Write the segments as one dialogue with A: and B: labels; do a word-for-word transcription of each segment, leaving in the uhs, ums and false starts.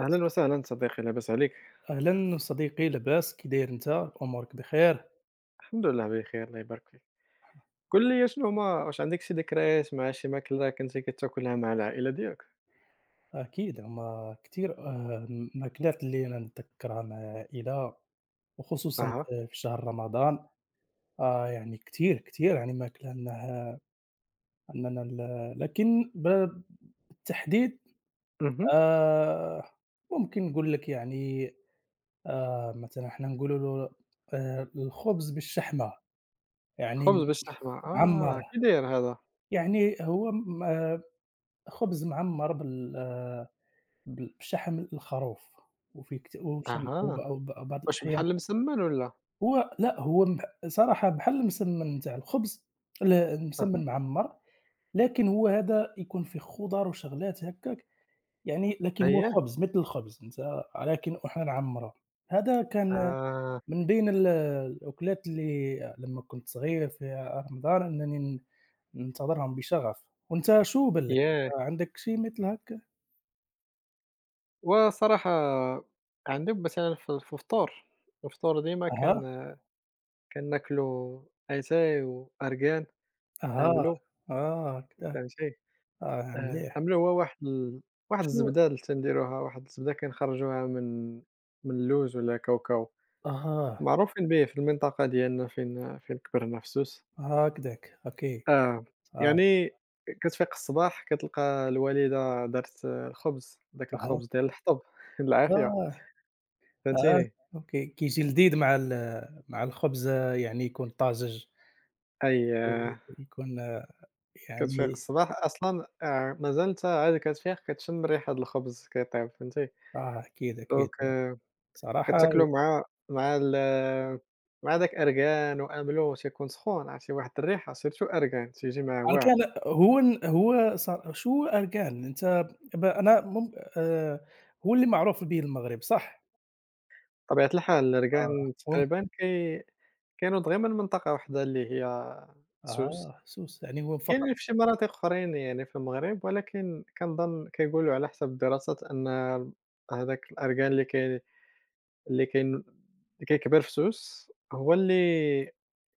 A: أهلا وسهلا صديقي لاباس عليك؟
B: أهلا صديقي، لاباس، كي داير أنت؟ أمورك بخير؟
A: الحمد لله بخير الله يبارك فيك. قل لي شنو هما واش عندك شي ذكريات مع شي ماكلة كنتي كتاكلها مع العائلة ديالك؟
B: أكيد هما كتير، آه، ماكلات اللي أنا نتذكرها مع العائلة وخصوصا
A: أها.
B: في شهر رمضان. آه يعني كتير كتير، يعني ماكلة أنها أننا ال- لكن ب- بالتحديد.
A: اهم.
B: آه ممكن نقول لك، يعني آه مثلا احنا نقولوا له آه الخبز بالشحمة، يعني
A: خبز بالشحمة
B: معمر.
A: آه كي داير هذا؟
B: يعني هو م- آه، خبز معمر بال آه، ب بشحم الخروف، وفي كت وشم وب
A: أها.
B: وب وبعض
A: واش
B: الأحيان.
A: بحال المسمن ولا؟
B: هو لأ، هو م صراحة بحال المسمّن نتاع الخبز، ال
A: أها.
B: المسمّن معمّر، لكن هو هذا يكون فيه خضار وشغلات هكاك. يعني لكن هو
A: أييه؟
B: خبز مثل الخبز أنت، لكن وحنا نعمّروه. هذا كان
A: آه.
B: من بين ال الأكلات اللي لمّا كنت صغير في رمضان أنني ن ننتظرهم بشغف. وأنت شنو بان لك،
A: ياه!
B: أنت عندك شي مثل هاك؟
A: وصراحة عندي مثلًا في في الفطور، الفطور ديما
B: أها،
A: كان كناكلو أتاي وأركان،
B: أها،
A: أملو
B: آه، كذا.
A: فهمتي؟
B: آه،
A: آه،
B: مليح.
A: عملوا هو واحد ال واحد
B: شو
A: الزبدة اللي تنديروها، واحد الزبدة كنخرجوها من من اللوز ولا الكاوكاو،
B: أها،
A: معروفين به في المنطقة ديالنا فين فين كبرنا في سوس.
B: هكداك، أوكي.
A: آه،
B: آه،
A: يعني كتفيق الصباح كتلقى الوالدة دارت آه، الخبز، داك
B: أها،
A: الخبز ديال الحطب بالعافية،
B: آه، أها،
A: فهمتيني؟
B: أوكي. كيجي لذيذ مع ال مع الخبز، آه، يعني يكون طازج
A: أييه،
B: ويكون، آه،
A: كتفيق
B: يعني
A: الصباح أصلًا آه، مازال نتا عاد كتفيق كتشم ريحة هاد الخبز كيطيب، فهمتي؟
B: آه، أكيد، أكيد.
A: دوك
B: صراحة
A: كنت تاكلو مع مع ال مع داك أركان وأملو تيكون سخون، عرفتي واحد الريحة سيرتو أركان تيجي معاه واعر،
B: الأركان هو ن هو ص شو أركان؟ أنت ب أنا مم آآ، هو اللي معروف به المغرب، صح؟
A: بطبيعة الحال
B: آه،
A: الأركان
B: هم،
A: تقريبا كي كينوض غير من منطقة وحدة اللي هي سوس،
B: آه، سوس يعني هو فقط.
A: كاينين في شي مناطق أخرين يعني في المغرب ولكن كنظن كيقولوا على حسب الدراسات أن هذاك الأركان اللي كي اللي كين اللي كيكبر في سوس هو اللي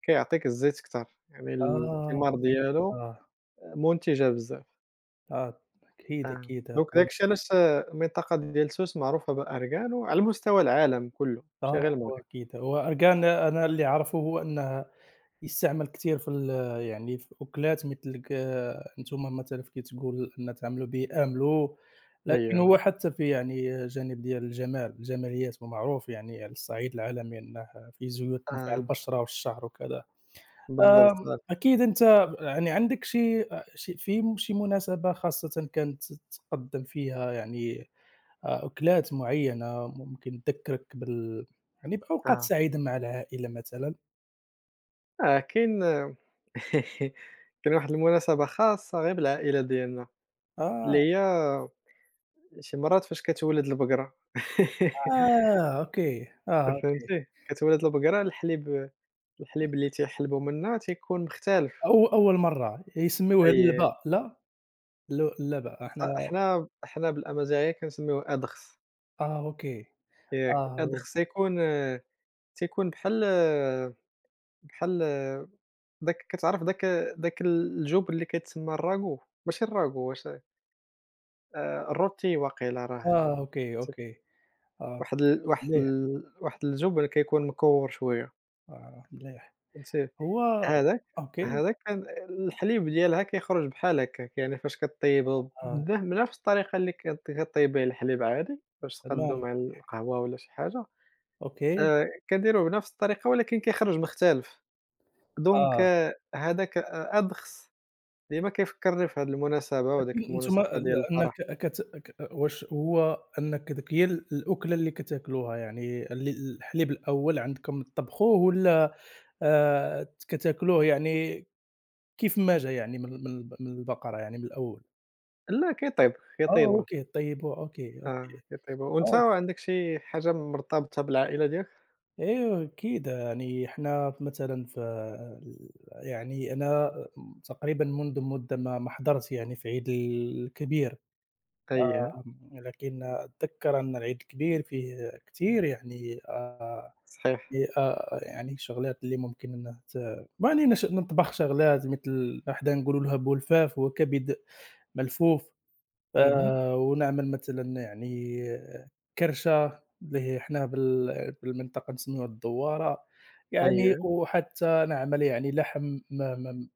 A: كيعطيك الزيت كتر، يعني
B: آه،
A: الثمار ديالو
B: آه،
A: منتجة بزاف.
B: آه، أكيد،
A: آه،
B: أكيد.
A: دونك داك الشي علاش آه، المنطقة ديال سوس معروفة بأركان وعلى مستوى العالم كلّه، ماشي
B: آه،
A: غير
B: هو
A: المغرب.
B: أكيد، هو أرجان أنا اللي أعرفه هو أنه يستعمل كتير في ال يعني في أكلات مثل ك أنتم مثلًا كي تقول أن تعملوا به آملو، لكن
A: أيوه،
B: هو حتى في يعني جانب ديال الجمال، الجماليات، هو معروف يعني على الصعيد العالمي، أنه فيه زيوت تنفع
A: آه،
B: البشرة والشعر وكذا.
A: بالضبط،
B: آمم،
A: آه،
B: أكيد أنت يعني عندك شي أ شي في شي مناسبة خاصةً كانت تقدّم فيها، يعني آه، أكلات معيّنة ممكن تذكّرك بال يعني بأوقات
A: آه.
B: سعيدة مع العائلة مثلًا؟
A: آه كاين آه، كاين واحد المناسبة خاصة غير بالعائلة ديالنا،
B: آه،
A: اللي هي شي مرات فاش كتولد البقرة
B: آه، أوكي، آه، أوكي.
A: فهمتي، كتولد البقرة الحليب الحليب اللي تيحلبوا منها تيكون مختلف.
B: أو أول مرّة يسميوها
A: أي
B: اللّبة، لا؟ الل اللّبة
A: ص
B: إحنا،
A: حنا حنا بالأمازيغية كنسميوه أدخس،
B: آه، أوكي،
A: ياك
B: آه، هو،
A: أدخس تيكون تيكون بحال بحال داك كتعرف داك داك الجُبن اللي كيتسمى الراغو، ماشي الراغو واش آآ الروتي واقيلا راه
B: آه، أوكي،
A: ت
B: أوكي، آه،
A: واحد ال واحد
B: مليح،
A: ال واحد الجُبن كيكون مكوّر شوية
B: آه، مليح.
A: فهمتي،
B: هو،
A: هاذاك
B: أوكي،
A: هاذاك كان الحليب ديالها كيخرج بحال هكاك، يعني فاش كطيّبه
B: آه،
A: بنف بنفس الطريقة اللي كت كطيّب بها الحليب عادي باش تقادو
B: تمام،
A: مع القهوة ولا شي حاجة،
B: أوكي،
A: آآ كنديروه بنفس الطريقة ولكن كيخرج مختلف. دونك
B: آه.
A: آه، هذاك آه، أدخس ديما كيفكّرني في هاد المناسبة وهاديك
B: لكن أنتم،
A: المناسبة ديال
B: أنك
A: الفرح.
B: كت ك واش هو أنك ديك هي ال الأكلة اللي كتاكلوها، يعني ال الحليب الأول عندكم تطبخوه والّا آآ كتاكلوه، يعني كيف ما جا، يعني من من من البقرة، يعني من الأول؟
A: لا كيطيب،
B: آه
A: كيطيبها،
B: أوكي، طيبوه، أوكي،
A: آه
B: أوكي.
A: كيطيبها. وأنت
B: آه،
A: عندك شي حاجة مرتبطة بالعائلة ديالك؟
B: أيوه أكيد، يعني إحنا مثلًا في ال يعني أنا تقريبًا منذ مدة، ما ما حضرت يعني في عيد الكبير.
A: أييه
B: آه، لكن أتذكّر أن العيد كبير فيه كتير، يعني آآ
A: صحيح.
B: ي آآ يعني شغلات اللي ممكن أنه ت يعني نش نطبخ شغلات مثل حنا نقولوا لها بولفاف، هو كبد ملفوف.
A: اهم.
B: آآ ونعمل مثلًا يعني كرشة اللي هي حنا بال بالمنطقة نسميوها الدوّارة. يعني
A: أييه
B: وحتى نعمل يعني لحم م م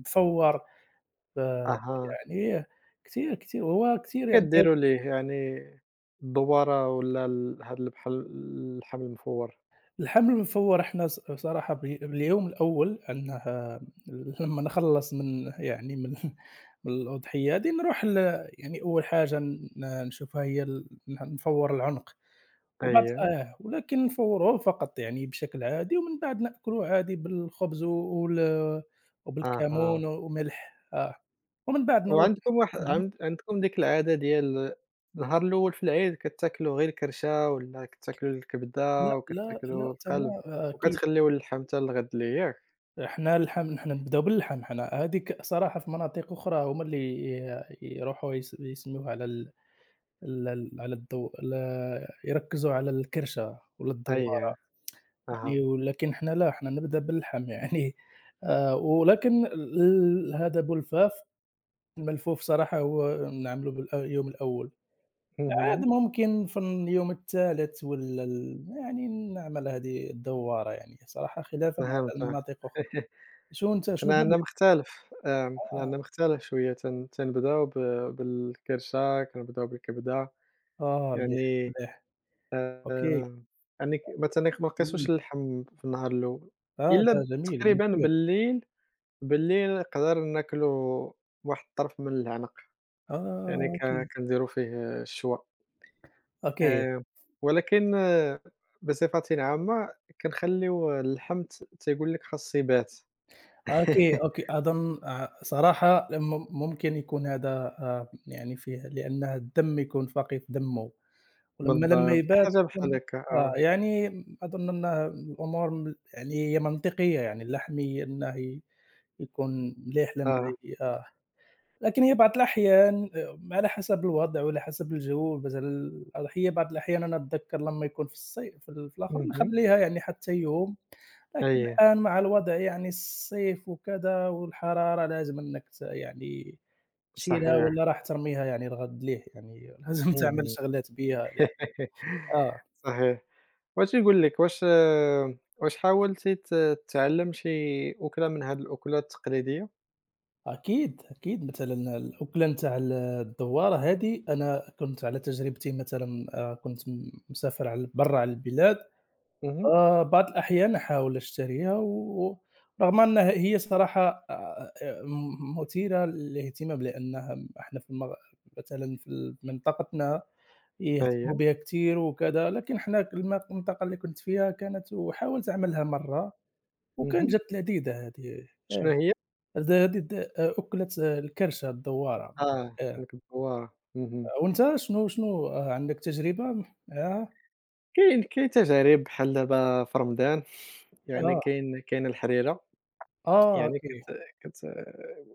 B: مفوّر،
A: أها.
B: فيعني كتير، كتير، وهو كتير يعني.
A: كديروا ليه يعني الدبارة والّا ال هاد ال بحال الحمل المفور؟
B: الحمل المفوّر إحنا، ص صراحة، ب باليوم الأول، أنه لمّا نخلّص من، يعني من من الأضحية هذه، نروح ل يعني أول حاجة ن نشوفها هي ال ن نفوّر العنق. وبعد،
A: أييه
B: آه، ولكن نفوّروه فقط يعني بشكل عادي، ومن بعد نأكلوه عادي بالخبز و وال
A: أها.
B: وبالكمون وملح، آه. ومن بعد نروح.
A: وعندكم واحد
B: اهم،
A: عند عندكم ديك العادة ديال النهار الأول في العيد كتاكلوا غير الكرشة ولا كتاكلوا
B: لأ،
A: الكبدة
B: لأ، لأ،
A: وكتاكلوا القلب
B: تما أكيد.
A: وكتخليو اللحم حتى الغد اللي ياك؟
B: إحنا اللحم إحنا نبداو باللحم إحنا. هاذيك صراحة في مناطق أخرى هُما اللي ي يروحوا يس يسميوها على ال ال ال على الضو ال يركّزوا على الكرشة ولا الدوّارة،
A: أييه، أها،
B: يعني. ولكن إحنا لا، إحنا نبدا باللحم يعني. آآ، ولكن ال هذا أبو لفاف، الملفوف، صراحة هو نعملوا بالأ اليوم الأول، عاد
A: اهم،
B: ممكن في اليوم التالت ولا ال يعني نعمل هذه الدوّارة، يعني صراحة خلافًا على
A: فهمت آه.
B: المناطق أخرى. شو أنت شنو
A: حنا عندنا
B: بالك؟
A: مختلف، آمم، حنا
B: آه.
A: عندنا مختلف شوية تن تنبداو ب بالكرشة، كنبداو بالكبدة،
B: آه، مليح،
A: يعني
B: مليح، أوكي.
A: آمم، يعني ك ما تنق ما
B: إمم.
A: نقيسوش اللحم في النهار الأول،
B: آه، ده
A: إلا
B: جميل،
A: تقريبًا
B: مثير.
A: بالليل بالليل نقدر ناكلو واحد الطرف من العنب، يعني
B: آه،
A: ك
B: أوكي،
A: كنديرو فيه الشوا،
B: أوكي،
A: آآ ولكن آه، بصفة عامة كنخليو اللحم ت تيقول لك خاص يبات.
B: أوكي، أوكي. أظن آآ صراحة مم ممكن يكون هذا آآ يعني فيه، لأن الدم يكون فقير دمه، ولمّا لمّا
A: بالضبط، شي
B: يبات
A: حاجة بحال
B: يكون،
A: هكا،
B: آه،
A: آه،
B: يعني. أظن أنه الأمور م يعني هي منطقية، يعني اللحمي أنه ي يكون مليح لمّا
A: آه،
B: ي آه. لكن هي بعض الأحيان، آآ على حسب الوضع وعلى حسب الجو، مثلًا الأضحية، بعض الأحيان أنا أتذكر لمّا يكون في الصي في ال في الآخر
A: اهم،
B: نخلّيها يعني حتى يوم، لكن
A: أييه
B: الآن مع الوضع، يعني الصيف وكذا والحرارة، لازم إنك ت يعني تشيلها
A: صحيح،
B: والّا راح ترميها يعني الغد ليه، يعني لازم تعمل
A: اهم.
B: شغلات بها ل آه.
A: صحيح، بغيت نقول لك واش آه، واش حاولتِ ت تتعلم شي أكلة من هاد الأكلات التقليدية؟
B: أكيد، أكيد، مثلًا الأكلة نتاع ال الدوارة هذه، أنا كنت على تجربتي مثلًا، آآ كنت م مسافر على برّا، على البلاد.
A: اهم،
B: آه، بعض الأحيان أحاول أشتريها، و رغم أنها هي صراحة، آآ، م مثيرة للاهتمام، لأنها إحنا في المغ مثلًا في ال منطقتنا يهتموا
A: أييه،
B: بها كتير وكذا، لكن إحنا ك الم المنطقة اللي كنت فيها كانت، وحاولت أعملها مرّة وكانت
A: اهم،
B: جات لذيذة هذه،
A: شنو
B: آه.
A: هي؟
B: هذ هذه د آه، أكلة، آه، الكرشة الدوّارة،
A: آه،
B: آه.
A: ديك الدوّارة، اهم.
B: وأنت شنو شنو، آه، عندك تجربة معاها؟
A: كاين كاين تجارب بحال دابا في رمضان، يعني
B: آه،
A: كاين كاينة الحريرة،
B: آه،
A: يعني
B: أوكي،
A: كت كت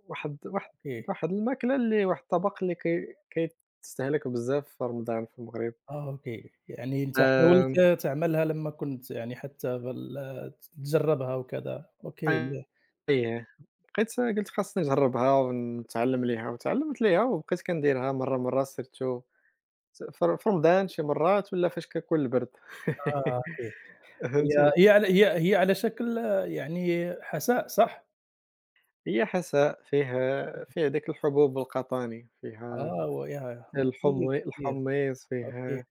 A: واحد واحد
B: أوكي.
A: واحد الماكلة اللي واحد الطبق اللي كي كيتستهلك بزاف في رمضان في المغرب.
B: آه، أوكي، يعني أنت
A: آمم،
B: حاولت تعملها لمّا كنت، يعني حتى بال تجرّبها وكذا، أوكي مليح،
A: أييه، بقيت قلت خاصني نجرّبها ونتعلّم ليها وتعلّمت ليها وبقيت كنديرها مرّة، مرّة سيرتو ت في ر في رمضان شي مرات ولا فاش كنكون البرد.
B: آه أوكي. هي
A: فهمتي؟
B: هي على هي هي على شكل يعني حساء، صح؟
A: هي حساء فيها فيها داك الحبوب القطاني، فيها
B: آه وياه مثير،
A: الحمي
B: مثير،
A: الحميص،
B: أوكي،
A: فيه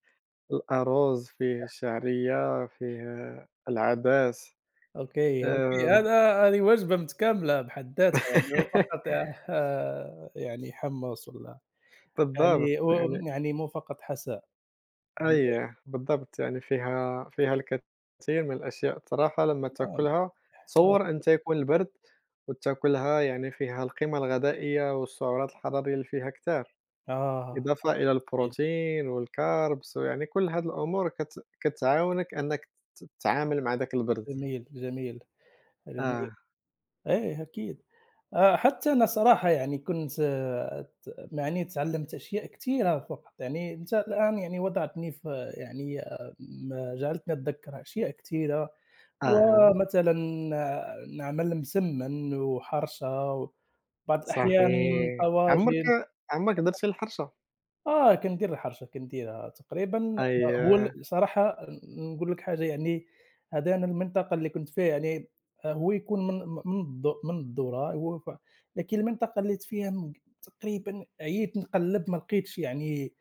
A: الأرز، فيه الشعرية، فيه العدس،
B: أوكي، أوكي.
A: آمم
B: هذا هذه وجبة متكاملة بحد ذاتها، يعني مو فقط، آه، يعني حمص والّا،
A: بالضبط
B: يعني
A: يعني
B: وم يعني مو فقط حساء، آه مليح،
A: أييه بالضبط يعني فيها فيها الكثير من الأشياء الصراحة لمّا
B: آه،
A: تاكلها تصوّر أنت يكون البرد وتاكلها يعني فيها القيمة الغذائية والسعرات الحرارية اللي فيها كتار.
B: آه، آه،
A: إضافة إلى
B: جميل،
A: البروتين والكاربس ويعني كل هاد الأمور كت كتعاونك أنك ت تتعامل مع داك البرد.
B: جميل، جميل، جميل،
A: آه،
B: إيه أكيد. آآ حتى أنا صراحة، يعني كنت، آه، ت يعني تعلّمت أشياء كثيرة فقط، يعني أنت الآن، يعني وضعتني في، يعني آه، م جعلتني أتذكّر أشياء كثيرة.
A: أها،
B: ومثلًا، آه، نعمل مسمّن وحرشة وبعض الأحيان
A: صحيح. عمرك
B: طواجن.
A: عمرك درتي الحرشة؟
B: آه، كندير الحرشة، كنديرها تقريبا، آآ، هو
A: أييه،
B: ال صراحة نقول لك حاجة، يعني هذا أنا المنطقة اللي كنت فيها، يعني آآ، هو يكون من م من الض من الذرة، هو ف لكن المنطقة اللي كنت فيها م تقريبا عييت نقلّب ما لقيتش، يعني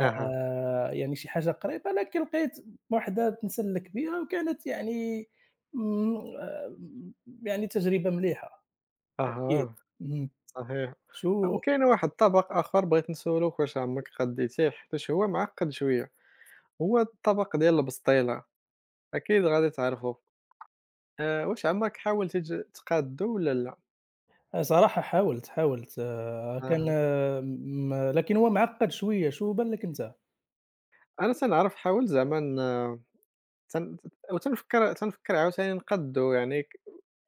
A: أها،
B: يعني شي حاجة قريبة، لكن لقيت وحدة نسلّك بها وكانت، يعني امم، آآ، يعني تجربة مليحة أكيد.
A: أها،
B: اهم.
A: صحيح.
B: شو
A: وكاين واحد الطبق آخر بغيت نسولك واش عمرك غديتيه حيتاش هو معقد شوية، هو الطبق ديال البسطيلة، أكيد غادي تعرفو. آآ، واش عمرك حاولتي تج تقادّو والّا لأ؟
B: آآ صراحة حاولت، حاولت، آآ كان
A: أها،
B: آه، م لكن هو معقّد شوية، شو بان لك أنت؟
A: أنا تنعرف حاولت زعما ن تن وتنفكّر تنفكّر عاوتاني نقادّو، يعني ك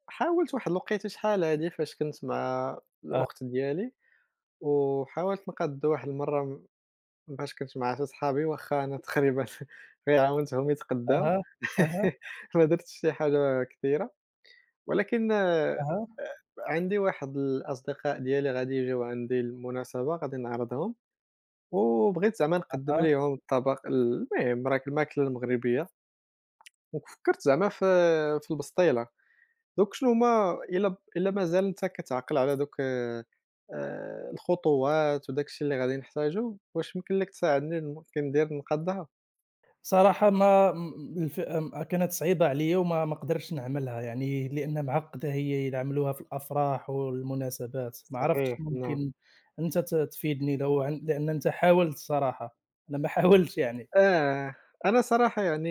A: حاولت واحد الوقيتة شحال هادي فاش كنت مع
B: أه،
A: الأخت ديالي، وحاولت نقادّو واحد المرّة م فاش كنت مع شي صحابي واخا أنا تقريبًا غير عاونتهم يتغداو
B: أها، أها،
A: ما درتش شي حاجة كثيرة، ولكن آه،
B: أها،
A: عندي واحد الأصدقاء ديالي غادي يجيو عندي لمناسبة غادي نعرضهم، وبغيت زعما نقدّم
B: أها.
A: ليهم الطبق المهم راك الماكلة المغربية، وفكّرت زعما في في البسطيلة. دوك شنو هُما إلا إلا مازال أنت كتعقل على دوك آآ الخطوات وداك الشي اللي غادي نحتاجو، واش يمكن لك تساعدني ن كندير نقدّها؟
B: صراحة ما م الف م كانت صعيبة عليَّ، وما ما قدرتش نعملها، يعني لأنها معقّدة، هي يعملوها في الأفراح والمناسبات. ما عرفتش
A: صحيح، نعم.
B: ممكن أنت ت تفيدني لو عن، لأن أنت حاولت الصراحة، أنا ما حاولتش يعني.
A: آه، أنا صراحة يعني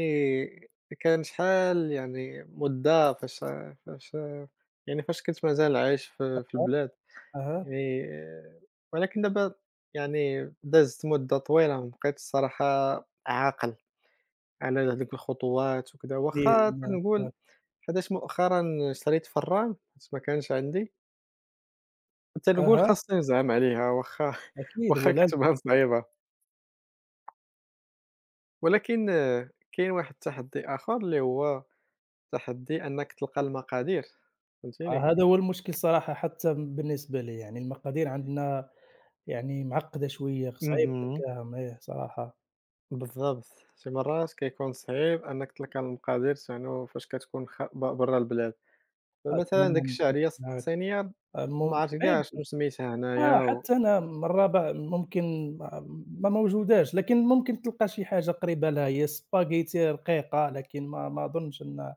A: كان شحال يعني مدة فاش فاش يعني فاش كنت مازال عايش في في
B: أها،
A: البلاد،
B: أها،
A: يعني آه، ولكن دابا يعني دازت مدة طويلة وبقيت الصراحة عاقل. على هذيك الخطوات وكذا واخا
B: جميل،
A: تنقول حيتاش مؤخرا شريت فران حيت ما كانش عندي، تنقول
B: أها،
A: خاصني نزعم عليها واخا
B: أكيد
A: واخا
B: هو لاز
A: كتبان صعيبة، ولكن آه، كاين واحد التحدي آخر اللي هو تحدي أنك تلقى المقادير فهمتيني؟
B: آه. هذا هو المشكل صراحة، حتى بالنسبة لي، يعني المقادير عندنا، يعني معقّدة شوية، صعيب
A: اهم،
B: تلقاهم إيه صراحة.
A: بالضبط، شي مرات كيكون صعيب أنك تلقى المقادير يعني فاش كتكون خ ب برا البلاد،
B: آه،
A: فمثلا
B: تمام،
A: ديك
B: متفق
A: الشعرية
B: معاك،
A: الصينية
B: آه،
A: ما
B: مم
A: عرفت كاع
B: صعيب،
A: شنو سميتها
B: آه.
A: هنايا و
B: حتى أنا مرّة ب ممكن ما ما موجوداش، لكن ممكن تلقى شي حاجة قريبة لها، هي الspaghetti رقيقة، لكن ما ما أظنش أن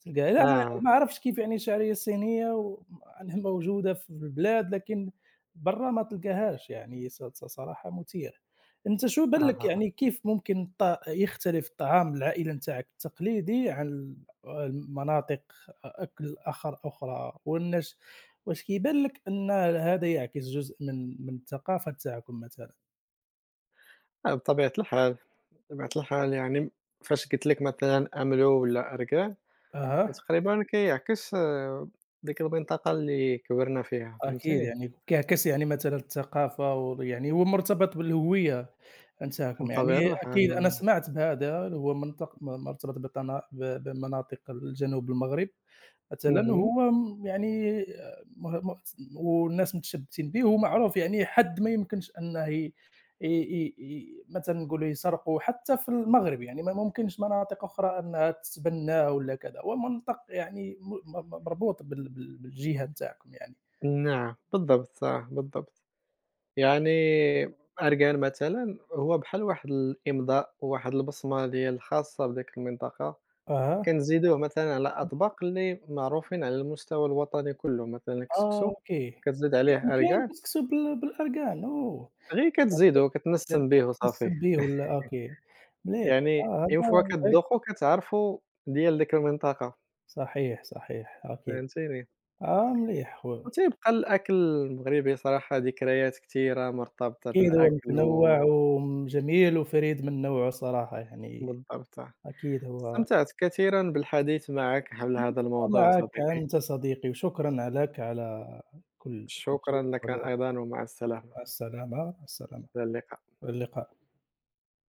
B: تلقاها،
A: آه،
B: لا.
A: آه.
B: ما عرفتش كيف، يعني الشعرية الصينية، و أنها موجودة في البلاد، لكن برّا ما تلقاهاش، يعني ص ص صراحة مثيرة. أنت شو بان لك،
A: آه.
B: يعني كيف ممكن الط يختلف طعام العائلة نتاعك التقليدي عن ال المناطق، أكل آخر أخرى؟ والناش واش كيبان لك أن هذا يعكس جزء من من الثقافة نتاعكم مثلًا؟
A: آه، بطبيعة الحال، بطبيعة الحال يعني فاش قلت لك مثلًا أملو والّا أركان،
B: أها،
A: تقريبًا كيعكس آه، ديك المنطقة اللي كبرنا فيها
B: أكيد
A: فهمتيني،
B: يعني كيعكس، يعني مثلًا الثقافة وال يعني هو مرتبط بالهوية. أنساكم، يعني
A: بطبيعة الحال
B: أكيد أنا
A: آه،
B: سمعت بهذا، اللي هو منطق م مرتبط بطنا ب بمناطق الجنوب المغرب مثلًا،
A: اهم،
B: هو م يعني مه م والناس متشبتين به ومعروف، يعني حد ما يمكنش أنه ي ي ي ي مثلًا نقولوا يسرقوا حتى في المغرب، يعني ما ممكنش مناطق أخرى أنها تتبناه ولا كذا، هو منطق يعني م م مربوط بال بال بالجهة نتاعكم يعني.
A: نعم بالضبط، آه، بالضبط، يعني أركان مثلًا هو بحال واحد الإمضاء وواحد البصمة ديال الخاصة بديك المنطقة،
B: أها،
A: كنزيدوه مثلًا على أطباق اللي معروفين على المستوى الوطني كلّه، مثلًا
B: آه
A: الكسكسو
B: أوكي،
A: كتزيد
B: يعني
A: عليه
B: كاين
A: أركان
B: كتكسوا بال بالأرقان، أوه!
A: غير
B: أكيد،
A: كتزيدو،
B: جد
A: كتنسّم به
B: تحس
A: وصافي،
B: بيه ولا، أوكي، مليح،
A: يعني
B: آه
A: اون فوا
B: هذا إيه،
A: كتذوقوا كتعرفوا ديال ديك المنطقة،
B: صحيح، صحيح، أكيد،
A: فهمتيني؟
B: آه مليح خويا،
A: وتيبقى الأكل المغربي صراحة ذكريات كتيرة مرتبطة
B: أكيد هو
A: بالأكل
B: متنوع
A: و
B: وجميل وفريد من نوعه صراحة، يعني
A: بالضبط،
B: أكيد هو.
A: استمتعت كثيرًا بالحديث معك حول هذا الموضوع
B: ومعك
A: صديقي،
B: أنت صديقي، وشكرًا لك على كل كل
A: شكرًا
B: شيء،
A: لك
B: ولا.
A: أيضًا ومع السلامة،
B: مع السلامة، مع السلامة،
A: إلى اللقاء.
B: إلى اللقاء.